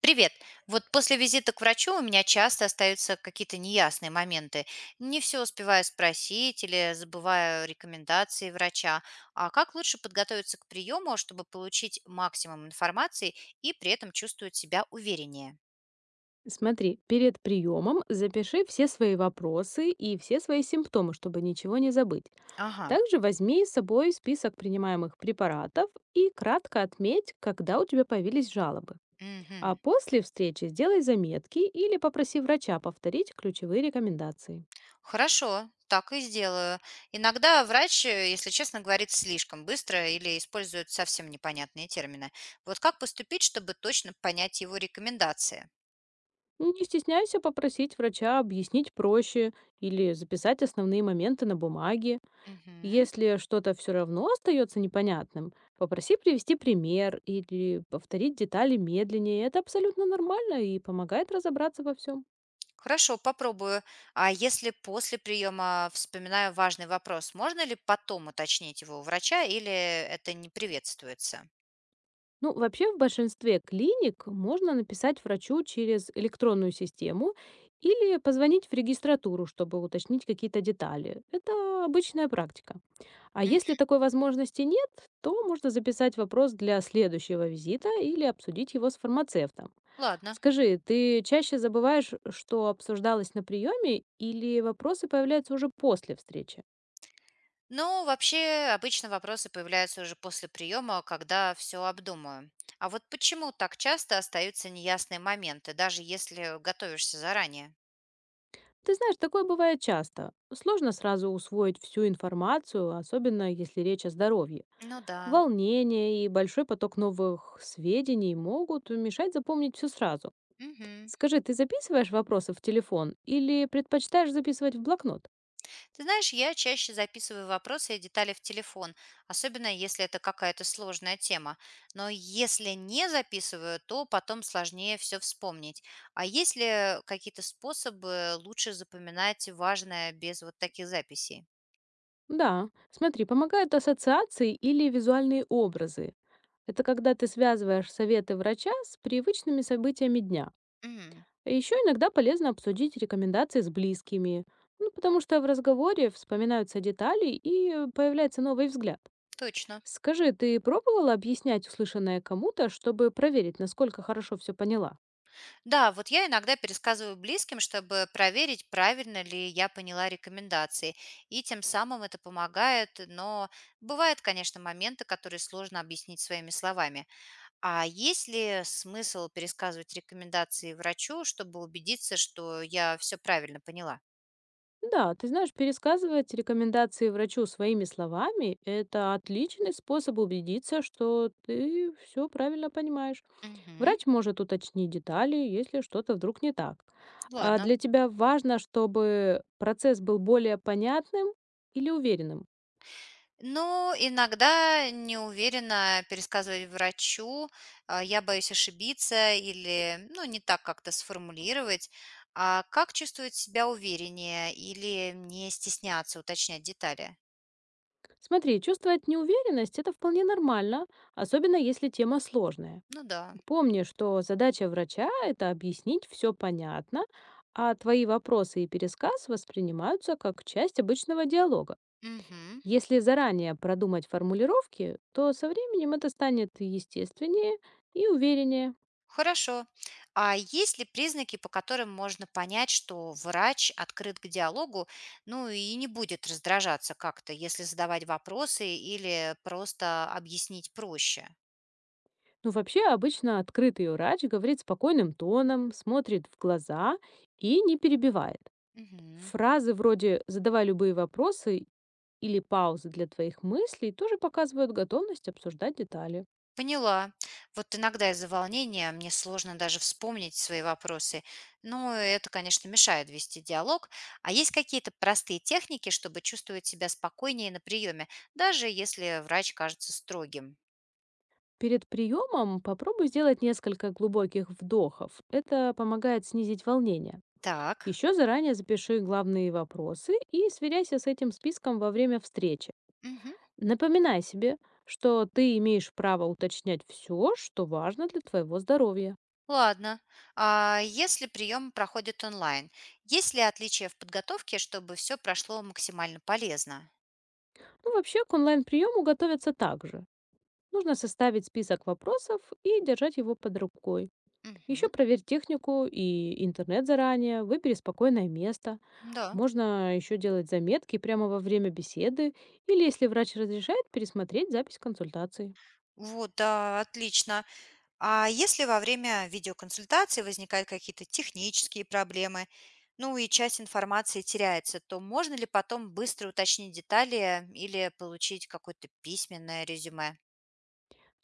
Привет. Вот после визита к врачу у меня часто остаются какие-то неясные моменты. Не все успеваю спросить или забываю рекомендации врача. А как лучше подготовиться к приему, чтобы получить максимум информации и при этом чувствовать себя увереннее? Смотри, перед приемом запиши все свои вопросы и все свои симптомы, чтобы ничего не забыть. Ага. Также возьми с собой список принимаемых препаратов и кратко отметь, когда у тебя появились жалобы. А Мгм. после встречи сделай заметки или попроси врача повторить ключевые рекомендации. Хорошо, так и сделаю. Иногда врач, если честно, говорит слишком быстро или использует совсем непонятные термины. Вот как поступить, чтобы точно понять его рекомендации? Не стесняйся попросить врача объяснить проще или записать основные моменты на бумаге. Мгм. Если что-то все равно остается непонятным, попроси привести пример или повторить детали медленнее. Это абсолютно нормально и помогает разобраться во всем. Хорошо, попробую. А если после приема вспоминаю важный вопрос, можно ли потом уточнить его у врача или это не приветствуется? Ну, вообще в большинстве клиник можно написать врачу через электронную систему или позвонить в регистратуру, чтобы уточнить какие-то детали. Это обычная практика. А Мгм. если такой возможности нет, то можно записать вопрос для следующего визита или обсудить его с фармацевтом. Ладно. Скажи, ты чаще забываешь, что обсуждалось на приеме, или вопросы появляются уже после встречи? Ну, вообще, обычно вопросы появляются уже после приема, когда все обдумаю. А вот почему так часто остаются неясные моменты, даже если готовишься заранее? Ты знаешь, такое бывает часто. Сложно сразу усвоить всю информацию, особенно если речь о здоровье. Ну да. Волнение и большой поток новых сведений могут мешать запомнить все сразу. Мгм. Скажи, ты записываешь вопросы в телефон или предпочитаешь записывать в блокнот? Ты знаешь, я чаще записываю вопросы и детали в телефон, особенно если это какая-то сложная тема. Но если не записываю, то потом сложнее все вспомнить. А есть ли какие-то способы лучше запоминать важное без вот таких записей? Да, смотри, помогают ассоциации или визуальные образы. Это когда ты связываешь советы врача с привычными событиями дня. М. Еще иногда полезно обсудить рекомендации с близкими, ну, потому что в разговоре вспоминаются детали и появляется новый взгляд. Точно. Скажи, ты пробовала объяснять услышанное кому-то, чтобы проверить, насколько хорошо все поняла? Да, вот я иногда пересказываю близким, чтобы проверить, правильно ли я поняла рекомендации. И тем самым это помогает, но бывают, конечно, моменты, которые сложно объяснить своими словами. А есть ли смысл пересказывать рекомендации врачу, чтобы убедиться, что я все правильно поняла? Да, ты знаешь, пересказывать рекомендации врачу своими словами– это отличный способ убедиться, что ты все правильно понимаешь. Мгм. Врач может уточнить детали, если что-то вдруг не так. А Ладно. для тебя важно, чтобы процесс был более понятным или уверенным. Но иногда не уверена пересказывать врачу, а, я боюсь ошибиться или, ну, не так как-то сформулировать. А как чувствовать себя увереннее или не стесняться уточнять детали? Смотри, чувствовать неуверенность– это вполне нормально, особенно если тема сложная. Ну да. Помни, что задача врача– это объяснить все понятно, а твои вопросы и пересказ воспринимаются как часть обычного диалога. Мгм. Если заранее продумать формулировки, то со временем это станет естественнее и увереннее. Хорошо. А есть ли признаки, по которым можно понять, что врач открыт к диалогу, ну и не будет раздражаться как-то, если задавать вопросы или просто объяснить проще? Ну, вообще, обычно открытый врач говорит спокойным тоном, смотрит в глаза и не перебивает. Мгм. Фразы вроде «задавай любые вопросы» или паузы для твоих мыслей тоже показывают готовность обсуждать детали. Поняла. Вот иногда из-за волнения мне сложно даже вспомнить свои вопросы. Но это, конечно, мешает вести диалог. А есть какие-то простые техники, чтобы чувствовать себя спокойнее на приеме, даже если врач кажется строгим? Перед приемом попробуй сделать несколько глубоких вдохов. Это помогает снизить волнение. Так. Еще заранее запиши главные вопросы и сверяйся с этим списком во время встречи. Напоминай себе, что ты имеешь право уточнять все, что важно для твоего здоровья. Ладно. А если прием проходит онлайн, есть ли отличия в подготовке, чтобы все прошло максимально полезно? Ну, вообще, к онлайн-приему готовятся также. Нужно составить список вопросов и держать его под рукой. Еще Мгм. проверь технику и интернет заранее, выбери спокойное место. Да. Можно еще делать заметки прямо во время беседы или, если врач разрешает, пересмотреть запись консультации. Вот, да, отлично. А если во время видеоконсультации возникают какие-то технические проблемы, ну и часть информации теряется, то можно ли потом быстро уточнить детали или получить какое-то письменное резюме?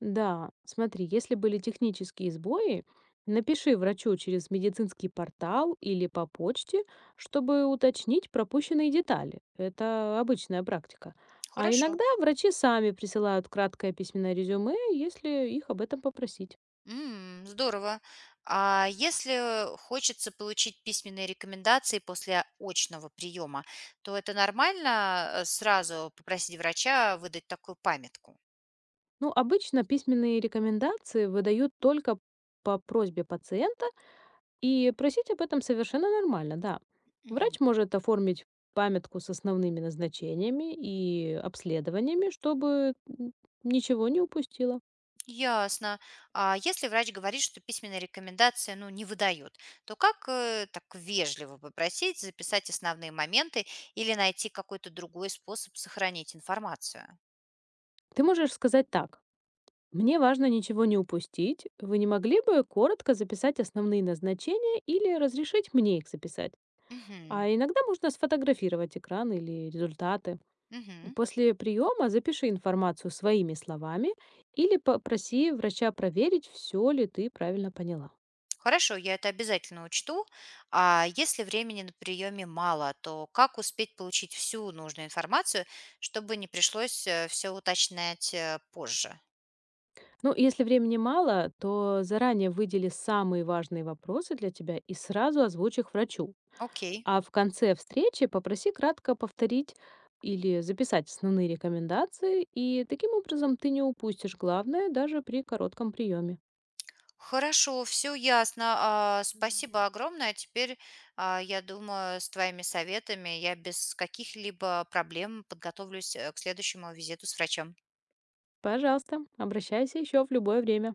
Да, смотри, если были технические сбои, напиши врачу через медицинский портал или по почте, чтобы уточнить пропущенные детали. Это обычная практика. А Хорошо. иногда врачи сами присылают краткое письменное резюме, если их об этом попросить. М, здорово. А если хочется получить письменные рекомендации после очного приема, то это нормально сразу попросить врача выдать такую памятку? Ну, обычно письменные рекомендации выдают только по просьбе пациента, и просить об этом совершенно нормально, да. Мгм. Врач может оформить памятку с основными назначениями и обследованиями, чтобы ничего не упустила. Ясно. А если врач говорит, что письменная рекомендация, ну, не выдает, то как так вежливо попросить записать основные моменты или найти какой-то другой способ сохранить информацию? Ты можешь сказать так. Мне важно ничего не упустить. Вы не могли бы коротко записать основные назначения или разрешить мне их записать? Мгм. А иногда можно сфотографировать экран или результаты. Мгм. После приема запиши информацию своими словами или попроси врача проверить, все ли ты правильно поняла. Хорошо, я это обязательно учту. А если времени на приеме мало, то как успеть получить всю нужную информацию, чтобы не пришлось все уточнять позже? Ну, если времени мало, то заранее выдели самые важные вопросы для тебя и сразу озвучь их врачу. Окей. А в конце встречи попроси кратко повторить или записать основные рекомендации, и таким образом ты не упустишь главное даже при коротком приеме. Хорошо, все ясно. А, спасибо огромное. Теперь, а, я думаю, с твоими советами я без каких-либо проблем подготовлюсь к следующему визиту с врачом. Пожалуйста, обращайся еще в любое время.